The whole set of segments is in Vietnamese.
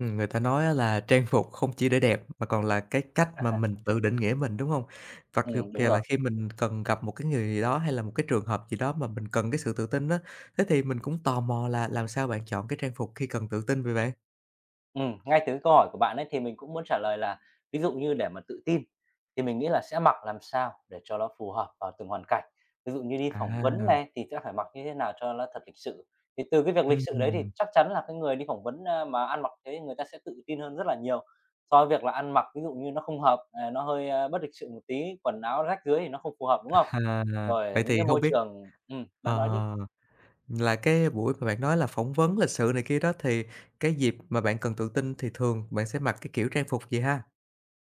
Người ta nói á là trang phục không chỉ để đẹp mà còn là cái cách mà mình tự định nghĩa mình, đúng không? Vặt dụ Đúng kìa rồi. là khi mình cần gặp một cái người gì đó hay là một cái trường hợp gì đó mà mình cần cái sự tự tin á, thế thì mình cũng tò mò là làm sao bạn chọn cái trang phục khi cần tự tin vậy bạn? Ngay từ cái câu hỏi của bạn ấy thì mình cũng muốn trả lời là ví dụ như để mà tự tin thì mình nghĩ là sẽ mặc làm sao để cho nó phù hợp vào từng hoàn cảnh. Ví dụ như đi phỏng vấn À, này thì sẽ phải mặc như thế nào cho nó thật lịch sự. Thì từ cái việc lịch sự đấy ừm, thì chắc chắn là cái người đi phỏng vấn, mà ăn mặc thế người ta sẽ tự tin hơn rất là nhiều so với việc là ăn mặc ví dụ như nó không hợp, nó hơi, bất lịch sự một tí, quần áo rách rưới thì nó không phù hợp, đúng không? à, Rồi vậy thì những cái không môi biết trường ờ, bạn nói đi. là cái buổi mà bạn nói là phỏng vấn lịch sự này kia đó, thì cái dịp mà bạn cần tự tin thì thường bạn sẽ mặc cái kiểu trang phục gì ha?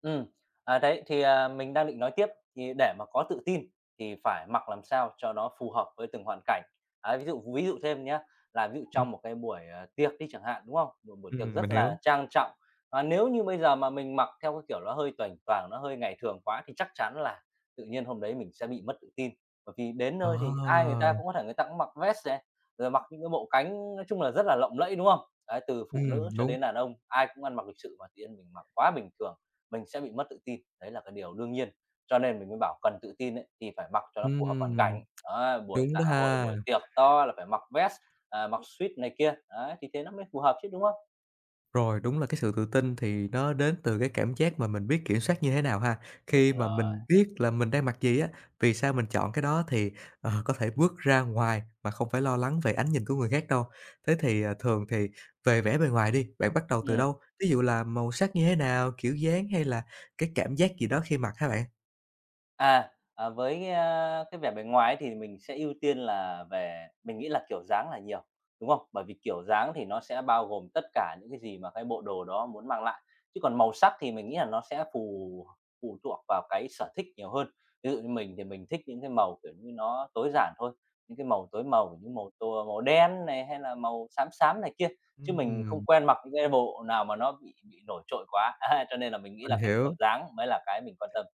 Ừ, đấy, thì, mình đang định nói tiếp, thì để mà có tự tin thì phải mặc làm sao cho nó phù hợp với từng hoàn cảnh. À, ví dụ thêm nhá, là ví dụ Ừm, trong một cái buổi, tiệc đi chẳng hạn, đúng không? Một buổi tiệc ừm, rất mình hiểu. là trang trọng, và nếu như bây giờ mà mình mặc theo cái kiểu nó hơi toành toàng, nó hơi ngày thường quá thì chắc chắn là tự nhiên hôm đấy mình sẽ bị mất tự tin. Bởi vì đến nơi thì ai người à ta cũng có thể người ta cũng mặc vest này, rồi mặc những cái bộ cánh nói chung là rất là lộng lẫy, đúng không? Đấy, từ phụ ừm, nữ cho đúng. đến đàn ông, ai cũng ăn mặc lịch sự mà tự nhiên mình mặc quá bình thường mình sẽ bị mất tự tin, đấy là cái điều đương nhiên. Cho nên mình mới bảo cần tự tin ấy, thì phải mặc cho nó phù hợp hoàn Ừm, cảnh. Đó, buổi đúng dạ đó hội, ha. buổi tiệc to là phải mặc vest, mặc suit này kia, đấy, thì thế nó mới phù hợp chứ, đúng không? Rồi, đúng là cái sự tự tin thì nó đến từ cái cảm giác mà mình biết kiểm soát như thế nào ha. Đúng Khi mà rồi. mình biết là mình đang mặc gì á, vì sao mình chọn cái đó thì có thể bước ra ngoài mà không phải lo lắng về ánh nhìn của người khác đâu. Thế thì, thường thì về vẻ bề ngoài đi, bạn bắt đầu từ Ừm. đâu? Ví dụ là màu sắc như thế nào, kiểu dáng hay là cái cảm giác gì đó khi mặc hả bạn? À, với, cái vẻ bề ngoài ấy thì mình sẽ ưu tiên là về mình nghĩ là kiểu dáng là nhiều, đúng không? Bởi vì kiểu dáng thì nó sẽ bao gồm tất cả những cái gì mà cái bộ đồ đó muốn mang lại, chứ còn màu sắc thì mình nghĩ là nó sẽ phụ thuộc vào cái sở thích nhiều hơn. Ví dụ như mình thì mình thích những cái màu, kiểu như, nó tối giản thôi, những cái màu tối màu, những màu tô màu đen này, hay là màu xám xám này kia, chứ mình không Ừm, quen mặc những cái bộ nào mà nó bị nổi trội quá, cho nên là mình nghĩ mình là cái hiểu. kiểu dáng mới là cái mình quan tâm.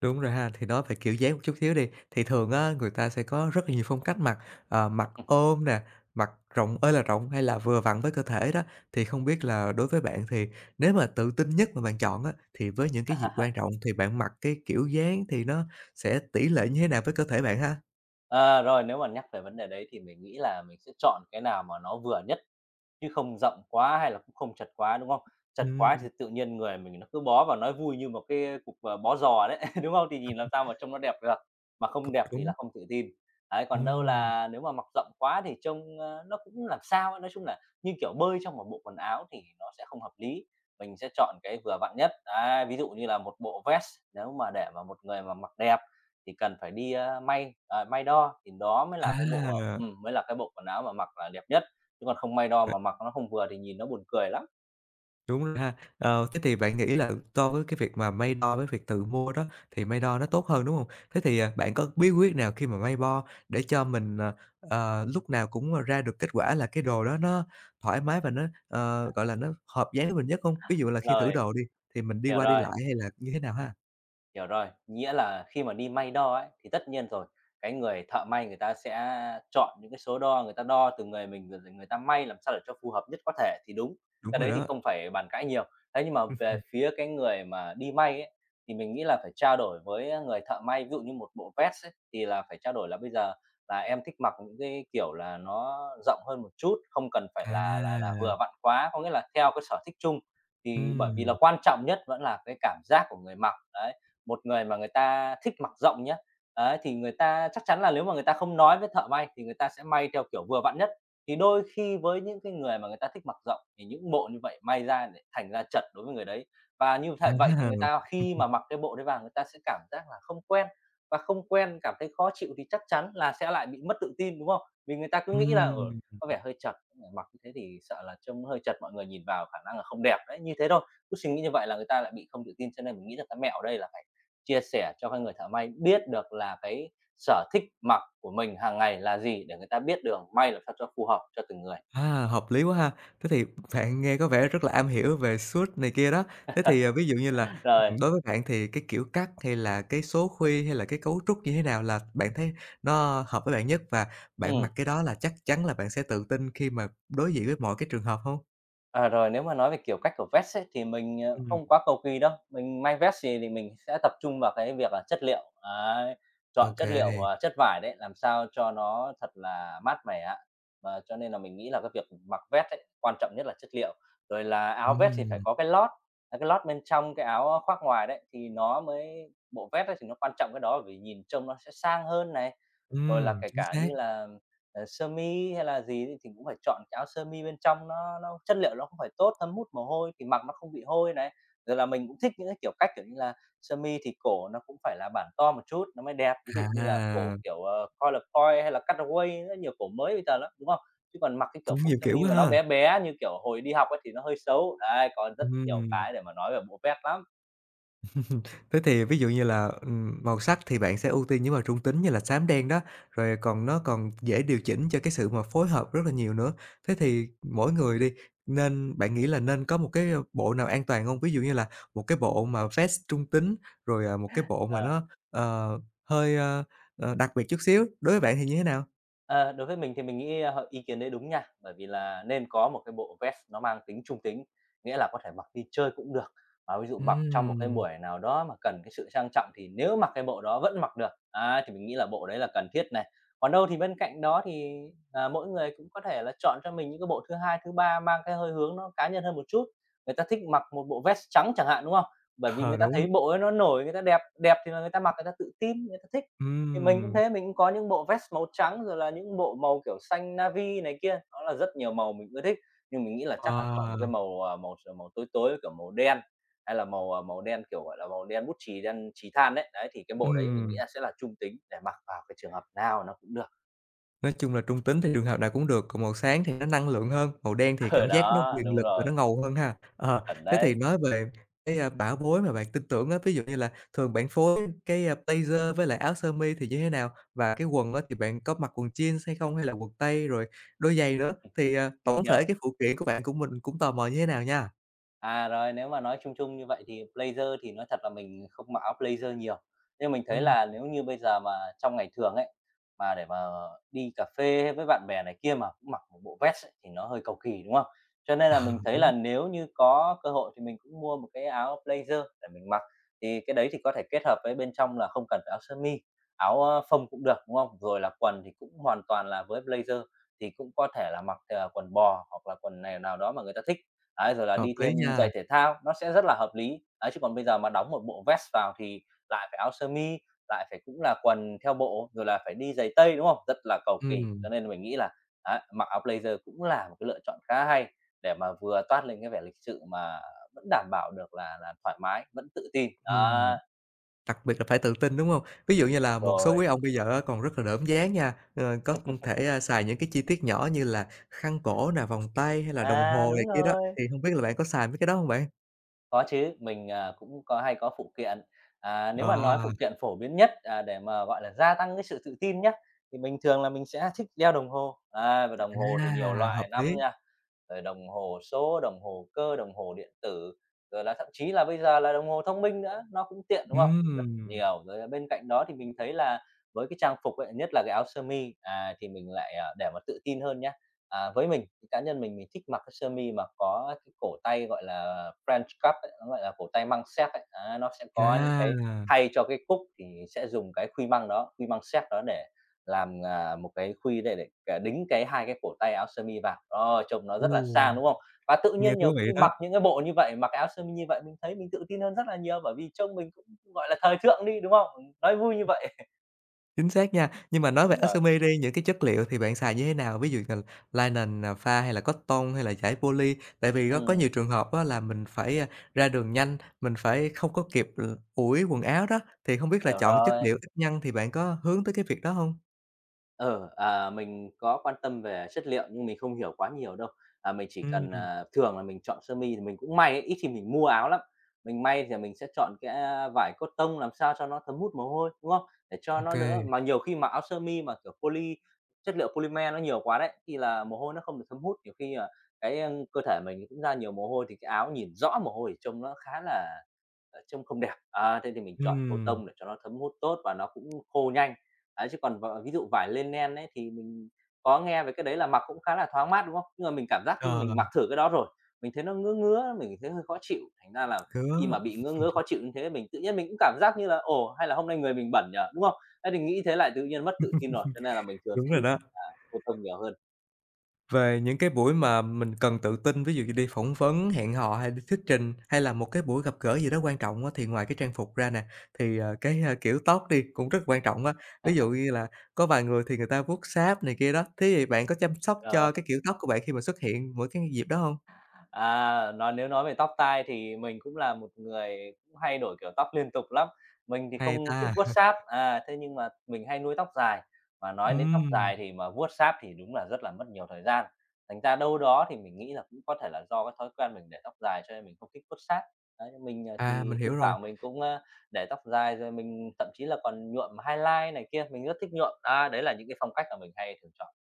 Đúng rồi ha, thì nói về kiểu dáng một chút xíu đi, thì thường á, người ta sẽ có rất là nhiều phong cách mặc, mặc ôm nè, mặc rộng ơi là rộng hay là vừa vặn với cơ thể đó. Thì không biết là đối với bạn thì nếu mà tự tin nhất mà bạn chọn á, thì với những cái dịp quan trọng thì bạn mặc cái kiểu dáng thì nó sẽ tỷ lệ như thế nào với cơ thể bạn ha? Ờ, rồi nếu mà nhắc về vấn đề đấy thì mình nghĩ là mình sẽ chọn cái nào mà nó vừa nhất, chứ không rộng quá hay là cũng không chật quá, đúng không? Chật quá Ừm, thì tự nhiên người mình nó cứ bó vào nói vui như một cái cục, bó giò đấy, đúng không? Thì nhìn làm sao mà trông nó đẹp được, mà không cũng đẹp thì đúng. là không tự tin. Đấy, còn đâu Ừm. là nếu mà mặc rộng quá thì trông, nó cũng làm sao ấy, nói chung là như kiểu bơi trong một bộ quần áo thì nó sẽ không hợp lý. Mình sẽ chọn cái vừa vặn nhất, đấy, ví dụ như là một bộ vest nếu mà để mà một người mà mặc đẹp thì cần phải đi, may đo thì đó À. Mới là cái bộ quần áo mà mặc là đẹp nhất, chứ còn không may đo mà mặc nó không vừa thì nhìn nó buồn cười lắm. Đúng rồi ha. Ờ, thế thì bạn nghĩ là so với cái việc mà may đo với việc tự mua đó thì may đo nó tốt hơn, đúng hông? Thế thì, bạn có bí quyết nào khi mà may bo để cho mình, lúc nào cũng, ra được kết quả là cái đồ đó nó thoải mái và nó, gọi là, nó hợp dáng với mình nhất hông? Ví dụ là khi thử Rồi, đồ đi, thì mình đi hiểu qua đi rồi. lại hay là như thế nào ha? Hiểu rồi, nghĩa là khi mà đi may đo ấy, thì tất nhiên rồi, cái người thợ may người ta sẽ chọn những cái số đo người ta đo từ người mình, rồi người ta may làm sao để cho phù hợp nhất có thể thì đúng, Đúng cái rồi đấy thì đó. không phải bàn cãi nhiều. Thế nhưng mà về phía cái người mà đi may ấy, thì mình nghĩ là phải trao đổi với người thợ may, ví dụ như một bộ vest ấy, thì là phải trao đổi là "Bây giờ là em thích mặc những cái kiểu là nó rộng hơn một chút, không cần phải À, là vừa vặn quá." Có nghĩa là theo cái sở thích chung, thì bởi vì là ừm, quan trọng nhất vẫn là cái cảm giác của người mặc, đấy một người mà người ta thích mặc rộng nhé, ấy, thì người ta chắc chắn là nếu mà người ta không nói với thợ may thì người ta sẽ may theo kiểu vừa vặn nhất. Thì đôi khi với những cái người mà người ta thích mặc rộng thì những bộ như vậy may ra lại thành ra chật đối với người đấy. Và như thật vậy thì người à. ta khi mà mặc cái bộ đấy vào người ta sẽ cảm giác là không quen, và không quen cảm thấy khó chịu thì chắc chắn là sẽ lại bị mất tự tin, đúng không? Vì người ta cứ nghĩ là, Ừm. có vẻ hơi chật, mặc như thế thì sợ là trông hơi chật, mọi người nhìn vào khả năng là không đẹp đấy, như thế thôi. Cứ suy nghĩ như vậy là người ta lại bị không tự tin, cho nên mình nghĩ là cái mẹo ở đây là phải chia sẻ cho các người thợ may biết được là cái sở thích mặc của mình hàng ngày là gì để người ta biết đường may làm sao cho phù hợp cho từng người. Hợp lý quá ha. Thế thì bạn nghe có vẻ rất là am hiểu về suit này kia đó. Thế thì, ví dụ như là, Rồi, đối với bạn thì cái kiểu cắt hay là cái số khuy hay là cái cấu trúc như thế nào là bạn thấy nó hợp với bạn nhất? Và bạn ừ. mặc cái đó là chắc chắn là bạn sẽ tự tin khi mà đối diện với mọi cái trường hợp không? À, rồi nếu mà nói về, kiểu, cách của vest ấy, thì mình, Ừm. không quá cầu kỳ đâu, mình may vest gì thì mình sẽ tập trung vào cái việc là chất liệu, đấy, Ô chọn chất kê. liệu, chất vải đấy, làm sao cho nó thật là mát mẻ. Và cho nên là mình nghĩ là cái việc mặc vest ấy, quan trọng nhất là chất liệu, rồi là áo vest thì phải Ừm, có cái lót, cái lót bên trong cái áo khoác ngoài đấy, thì nó mới bộ vest ấy thì nó quan trọng cái đó, vì nhìn trông nó sẽ sang hơn này. Rồi là kể chính cả như xác. là sơ mi hay là gì thì cũng phải chọn cái áo sơ mi bên trong nó chất liệu nó cũng phải tốt, thấm hút mồ hôi thì mặc nó không bị hôi này. Rồi là mình cũng thích những cái kiểu cách, kiểu như là, sơ mi thì cổ nó cũng phải là bản to một chút nó mới đẹp, ví dụ như là cổ À, kiểu, coil-coil hay là cutaway, rất nhiều cổ mới bây giờ lắm, đúng không? Chứ còn mặc cái kiểu cũng cổ nhiều sơ kiểu mi quá mà nó ha. bé bé như kiểu hồi đi học ấy thì nó hơi xấu. Đấy, còn rất nhiều Ừm. cái để mà nói về bộ vest lắm. Thế thì ví dụ như là, màu sắc thì bạn sẽ ưu tiên những màu trung tính như là xám đen đó, rồi còn nó còn dễ điều chỉnh cho cái sự mà phối hợp rất là nhiều nữa. Thế thì mỗi người đi, nên bạn nghĩ là nên có một cái, bộ nào an toàn không? Ví dụ như là một cái bộ mà vest trung tính, rồi, một cái bộ mà Ờ. nó, hơi, đặc biệt chút xíu, đối với bạn thì như thế nào? Ờ, đối với mình thì mình nghĩ, ý kiến đấy đúng nha, bởi vì là nên có một cái bộ vest nó mang tính trung tính, nghĩa là có thể mặc đi chơi cũng được, mà ví dụ mặc trong một cái Ừm, buổi nào đó mà cần cái sự sang trọng thì nếu mặc cái bộ đó vẫn mặc được, á, thì mình nghĩ là bộ đấy là cần thiết này. Còn đâu thì bên cạnh đó thì, mỗi người cũng có thể là chọn cho mình những cái bộ thứ hai, thứ ba mang cái hơi hướng nó cá nhân hơn một chút. Người ta thích mặc một bộ vest trắng chẳng hạn, đúng không? Bởi vì ờ, người ta đúng, thấy bộ ấy nó nổi, người ta đẹp, đẹp thì là người ta mặc người ta tự tin, người ta thích. Thì mình cũng ừm, thế, mình cũng có những bộ vest màu trắng, rồi là những bộ màu, kiểu, xanh navy này kia, đó là rất nhiều màu mình ưa thích. Nhưng mình nghĩ là chắc là chọn một cái wow, màu, à, màu ờ, màu tối tối, kiểu, màu đen, hay là màu đen, kiểu, gọi là, màu đen bút chì, đen chì than đấy. Đấy, thì cái bộ đấy mình nghĩ ừm. là sẽ là trung tính để mặc vào cái trường hợp nào nó cũng được. Nói chung là trung tính thì trường hợp nào cũng được, còn màu sáng thì nó năng lượng hơn, màu đen thì Ờ, cảm giác nó đó, quyền đúng lực và rồi, nó ngầu hơn ha. Ờ, chuẩn thế thì đấy, nói về cái, bảo bối mà bạn tin tưởng á, ví dụ như là thường bạn phối cái, blazer với lại áo sơ mi thì như thế nào? Và cái quần á thì bạn có mặc quần jeans hay không hay là quần tây rồi đôi giày nữa? Thì, mình tổng hiểu. thể cái phụ kiện của bạn của mình cũng tò mò như thế nào nha. À, rồi, nếu mà nói chung chung như vậy thì blazer thì nói thật là mình không mặc áo blazer nhiều. Nhưng mình thấy Ừm, là nếu như bây giờ mà trong ngày thường ấy, mà để mà đi cà phê hay với bạn bè này kia mà cũng mặc một bộ vest ấy, thì nó hơi cầu kỳ, đúng không? Cho nên là mình ờ, thấy đúng, là nếu như có cơ hội thì mình cũng mua một cái áo blazer để mình mặc, thì cái đấy thì có thể kết hợp với bên trong là không cần phải áo sơ mi, áo, phông cũng được, đúng không? Rồi là quần thì cũng hoàn toàn là với blazer thì cũng có thể là mặc, quần bò hoặc là quần này nào đó mà người ta thích. Đấy, rồi là hợp đi lý thêm nha. giày thể thao, nó sẽ rất là hợp lý. Đấy, chứ còn bây giờ mà đóng một bộ vest vào thì lại phải áo sơ mi, lại phải cũng là quần theo bộ, rồi là phải đi giày tây, đúng không? Rất là cầu kỳ, Ừm, cho nên mình nghĩ là á, mặc áo blazer cũng là một cái lựa chọn khá hay để mà vừa toát lên cái vẻ lịch sự mà vẫn đảm bảo được là thoải mái, vẫn tự tin. Đó, ừm. Đặc biệt là phải tự tin, đúng hông? Ví dụ như đúng là một số rồi. quý ông bây giờ á còn rất là đỡm dáng nha, có thể, xài những cái chi tiết nhỏ như là khăn cổ nè, vòng tay hay là đồng À, hồ này đúng kia đó, rồi. thì hông biết là bạn có xài mấy cái đó hông bạn? Có chứ, mình, cũng có hay có phụ kiện. À, nếu mà nói À, phụ kiện phổ biến nhất, để mà, gọi là, gia tăng cái sự tự tin nhé, thì mình thường là mình sẽ thích đeo đồng hồ. À, và đồng hồ thì nhiều hợp loại lắm lý. nha, rồi đồng hồ số, đồng hồ cơ, đồng hồ điện tử, rồi là thậm chí là bây giờ là đồng hồ thông minh nữa, nó cũng tiện, đúng không? Rất Ừm, nhiều. Rồi là bên cạnh đó thì mình thấy là với cái trang phục ấy, nhất là cái áo sơ mi, thì mình lại, để mà tự tin hơn nhá. À, với mình, thì cá nhân mình thích mặc cái sơ mi mà có cái cổ tay, gọi là, French cuff ấy, nó gọi là cổ tay măng séc ấy. Á, nó sẽ có những cái à, thay cho cái cúc thì sẽ dùng cái khuy măng đó, khuy măng séc đó để làm, một cái khuy để, đính cái 2 cái cổ tay áo sơ mi vào. Đó, trông nó ồ, rất là sang, đúng không? Và tự nghe nhiên nhiều thú vị khi đó. mặc những cái bộ như vậy, mặc cái áo sơ mi như vậy mình thấy mình tự tin hơn rất là nhiều, bởi vì trông mình cũng, gọi là, thời thượng đi, đúng không? Nói vui như vậy. Chính xác nha. Nhưng mà nói về Đúng rồi. Osumi đi, những cái chất liệu thì bạn xài như thế nào? Ví dụ như là linen, pha hay là cotton hay là vải poly? Tại vì có Ừm, nhiều trường hợp á là mình phải, ra đường nhanh, mình phải không có kịp l ủi quần áo đó, thì không biết là hiểu chọn chất rồi. liệu ít nhăn thì bạn có hướng tới cái việc đó không? Mình có quan tâm về chất liệu nhưng mình không hiểu quá nhiều đâu. À, mình chỉ cần, Ừm, thường là mình chọn sơ mi thì mình cũng may ấy, ít khi mình mua áo lắm. Mình may thì mình sẽ chọn cái, vải cotton làm sao cho nó thấm hút mồ hôi, đúng không? Để cho nó đỡ ô mà nhiều khi mặc áo sơ mi mà, kiểu, chất liệu polymer nó nhiều quá đấy, thì là mồ hôi nó không được thấm hút, nhiều khi là cái, cơ thể mình cũng ra nhiều mồ hôi thì cái áo nhìn rõ mồ hôi thì trông nó khá là, trông không đẹp. À, thế thì mình chọn Ừm, cotton để cho nó thấm hút tốt và nó cũng khô nhanh. Đấy, chứ còn ví dụ vải linen ấy thì mình có nghe về cái đấy là mặc cũng khá là thoáng mát, đúng không? Nhưng mà mình cảm giác như ờ, mình mặc thử cái đó rồi, mình thấy nó ngứa ngứa, mình thấy hơi khó chịu, thành ra là khi cứa, mà bị ngứa ngứa, khó chịu như thế mình tự nhiên mình cũng cảm giác như là "Ồ, hay là hôm nay người mình bẩn nhở." Đúng không? Thế thì nghĩ thế lại tự nhiên mất tự tin rồi, cho nên là mình thường đúng sẽ rồi ưu đó. tiên là cô tông nhiều hơn. Về những cái buổi mà mình cần tự tin, ví dụ như đi phỏng vấn, hẹn hò hay đi thuyết trình, hay là một cái buổi gặp gỡ gì đó quan trọng á, thì ngoài cái trang phục ra nè, thì, cái, kiểu tóc đi cũng rất quan trọng á. Ví dụ như là có vài người thì người ta vuốt sáp này kia đó, thế thì bạn có chăm sóc Rồi. cho cái kiểu tóc của bạn khi mà xuất hiện mỗi cái dịp đó hông? À, nếu nói về tóc tai thì mình cũng là một người cũng hay đổi kiểu tóc liên tục lắm. Mình thì Hay không thích ta! vuốt sáp, thế nhưng mà mình hay nuôi tóc dài, mà nói đến tóc Ừm, dài thì mà vuốt sáp thì đúng là rất là mất nhiều thời gian. Thành ra đâu đó thì mình nghĩ là cũng có thể là do cái thói quen mình để tóc dài cho nên mình không thích vuốt sáp. Đấy, mình, mình thì thi hiểu rồi. thoảng mình cũng, để tóc dài rồi mình thậm chí là còn nhuộm highlight này kia, mình rất thích nhuộm. Á, đấy là những cái phong cách mà mình hay thường chọn.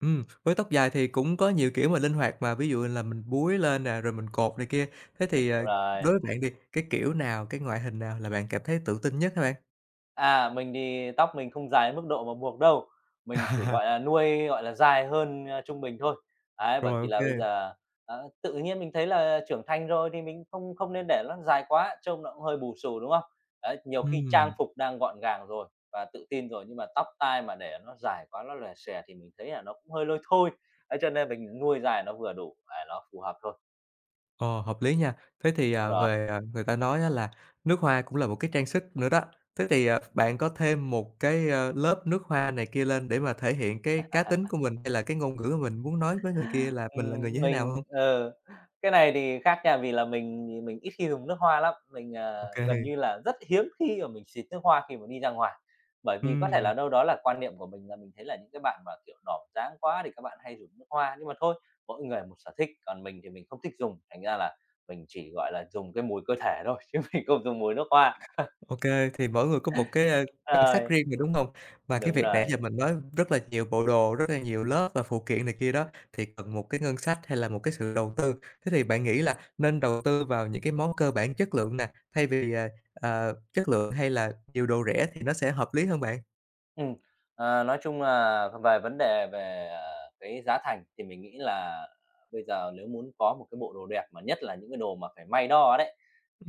Với tóc dài thì cũng có nhiều kiểu mà linh hoạt mà, ví dụ là mình búi lên nè, rồi mình cột này kia. Thế thì, Đúng rồi. đối với bạn đi, cái kiểu nào, cái ngoại hình nào là bạn cảm thấy tự tin nhất hả bạn? À, mình thì tóc mình không dài đến mức độ mà buộc đâu, mình chỉ, gọi là, À, nuôi, gọi là, dài hơn, trung bình thôi. Đấy, bởi Rồi, vì ô là bây kê. giờ, tự nhiên mình thấy là trưởng thành rồi thì mình không không nên để nó dài quá, trông nó cũng hơi bù xù, đúng không? Đấy, nhiều khi trang Ừm, phục đang gọn gàng rồi và tự tin rồi, nhưng mà tóc tai mà để nó dài quá, nó lòe xòe thì mình thấy là nó cũng hơi lôi thôi. Ấy, cho nên mình nuôi dài nó vừa đủ, nó phù hợp thôi. ờ, hợp lý nha. Thế thì, Đúng rồi. Người ta nói á là nước hoa cũng là một cái trang sức nữa đó. Thế thì, bạn có thêm một cái, lớp nước hoa này kia lên để mà thể hiện cái cá tính của mình hay là cái ngôn ngữ mà mình muốn nói với người kia là mình là người như thế nào mình hông? ờ, cái này thì khác nha, vì là mình thì mình ít khi dùng nước hoa lắm, mình, Ô gần kê. như là rất hiếm khi mà mình xịt nước hoa khi mà đi ra ngoài. Bởi vì có thể Ừm. là đâu đó là quan niệm của mình là mình thấy là những cái bạn mà, kiểu, đỏm dáng quá thì các bạn hay dùng nước hoa, nhưng mà thôi, mỗi người một sở thích, còn mình thì mình không thích dùng, thành ra là mình chỉ, gọi là, dùng cái mùi cơ thể thôi chứ mình không dùng mùi nước hoa. OK, thì mỗi người có một cái, đặc Ờ, sắc riêng mà, đúng hông? Và cái đúng việc nãy rồi. giờ mình nói rất là nhiều bộ đồ, rất là nhiều lớp và phụ kiện này kia đó, thì cần một cái ngân sách hay là một cái sự đầu tư. Thế thì bạn nghĩ là nên đầu tư vào những cái món cơ bản chất lượng nè, thay vì, chất lượng hay là nhiều đồ rẻ thì nó sẽ hợp lý hơn bạn? Ừm, nói chung là về vấn đề về, cái giá thành thì mình nghĩ là bây giờ nếu muốn có một cái bộ đồ đẹp mà nhất là những cái đồ mà phải may đo đấy,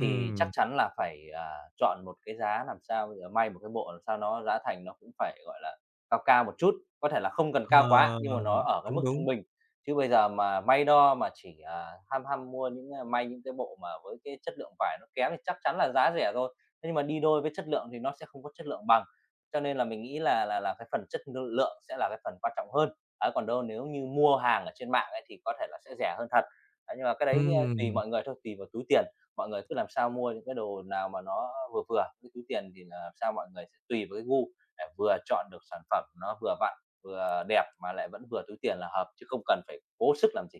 thì chắc chắn là phải, chọn một cái giá làm sao bây giờ may một cái bộ làm sao nó giá thành nó cũng phải, gọi là, cao cao một chút, có thể là không cần cao quá ờ, nhưng mà nó ở cái đúng, mức đúng. trung bình. Chứ bây giờ mà may đo mà chỉ, ham ham mua những, a may những cái bộ mà với cái chất lượng vải nó kém thì chắc chắn là giá rẻ rồi, thế nhưng mà đi đôi với chất lượng thì nó sẽ không có chất lượng bằng. Cho nên là mình nghĩ là cái phần chất lượng sẽ là cái phần quan trọng hơn. Ấy, còn đâu nếu như mua hàng ở trên mạng ấy thì có thể là sẽ rẻ hơn thật. Đấy, nhưng mà cái đấy, tùy Ừm. mọi người thôi, tùy vào túi tiền, mọi người cứ làm sao mua những cái đồ nào mà nó vừa vừa, cái túi tiền thì là làm sao mọi người sẽ tùy vào cái gu để vừa chọn được sản phẩm nó vừa vặn, vừa đẹp mà lại vẫn vừa túi tiền là hợp, chứ không cần phải cố sức làm gì.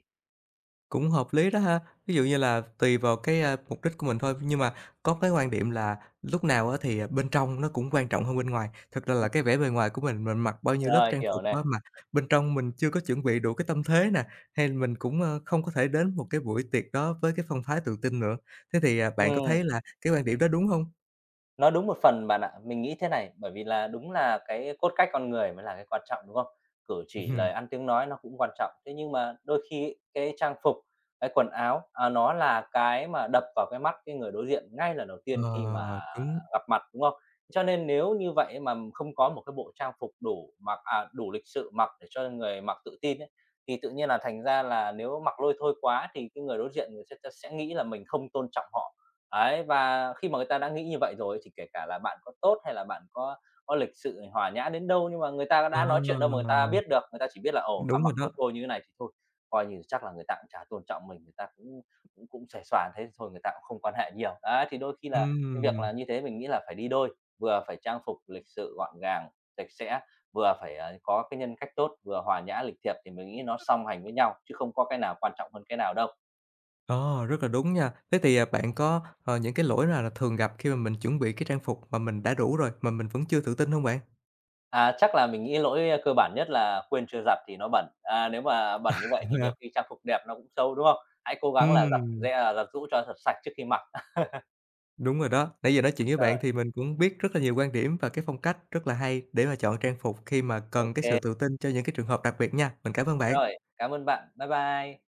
Cũng hợp lý đó ha. Ví dụ như là tùy vào cái, mục đích của mình thôi, nhưng mà có cái quan điểm là lúc nào á thì, bên trong nó cũng quan trọng hơn bên ngoài. Thực ra là cái vẻ bề ngoài của mình mặc bao nhiêu lớp Rồi, trang hiểu phục á này. mà bên trong mình chưa có chuẩn bị đủ cái tâm thế nè, hay mình cũng, không có thể đến một cái buổi tiệc đó với cái phong thái tự tin nữa. Thế thì, bạn có Ừm. thấy là cái quan điểm đó đúng hông? Nó đúng một phần bạn ạ. Mình nghĩ thế này, bởi vì là đúng là cái cốt cách con người mới là cái quan trọng, đúng không? Cử chỉ, lời Ừm, ăn, tiếng nói nó cũng quan trọng. Thế nhưng mà đôi khi ấy, cái trang phục, cái quần áo, à, nó là cái mà đập vào cái mắt cái người đối diện ngay lần đầu tiên khi mà ờ, đúng, gặp mặt, đúng không? Cho nên nếu như vậy mà không có một cái bộ trang phục đủ mặc à, đủ lịch sự mặc để cho người mặc tự tin ấy, thì tự nhiên là thành ra là nếu mặc lôi thôi quá thì cái người đối diện người sẽ nghĩ là mình không tôn trọng họ. Ấy, và khi mà người ta đã nghĩ như vậy rồi thì kể cả là bạn có tốt hay là bạn có lịch sự hòa nhã đến đâu, nhưng mà người ta ờ, đã nói chuyện đâu mà người ta biết được, người ta chỉ biết là, ồ, ăn đúng rồi mặc đó. lôi tôi như thế này thì thôi, coi như chắc là người ta cũng chả tôn trọng mình, người ta cũng cũng cũng xuề xoà thế thôi, người ta cũng không quan hệ nhiều. Đấy, thì đôi khi là cái việc Ừm. là như thế mình nghĩ là phải đi đôi, vừa phải trang phục lịch sự gọn gàng, sạch sẽ, vừa phải, có cái nhân cách tốt, vừa hòa nhã lịch thiệp thì mình nghĩ nó song hành với nhau, chứ không có cái nào quan trọng hơn cái nào đâu. Ờ, rất là đúng nha. Thế thì, bạn có, những cái lỗi nào là thường gặp khi mà mình chuẩn bị cái trang phục mà mình đã đủ rồi mà mình vẫn chưa tự tin không bạn? À, chắc là mình nghĩ lỗi cơ bản nhất là quên chưa giặt thì nó bẩn. À, nếu mà bẩn như vậy thì nhiều khi trang phục đẹp nó cũng xấu, đúng không? Hãy cố gắng là Ừm, giặt giũ cho thật sạch trước khi mặc. đúng rồi đó. Nãy giờ nói chuyện với bạn Rồi, thì mình cũng biết rất là nhiều quan điểm và cái phong cách rất là hay để mà chọn trang phục khi mà cần cái ok sự tự tin cho những cái trường hợp đặc biệt nha. Mình cảm ơn bạn. rồi, cảm ơn bạn. Bye bye.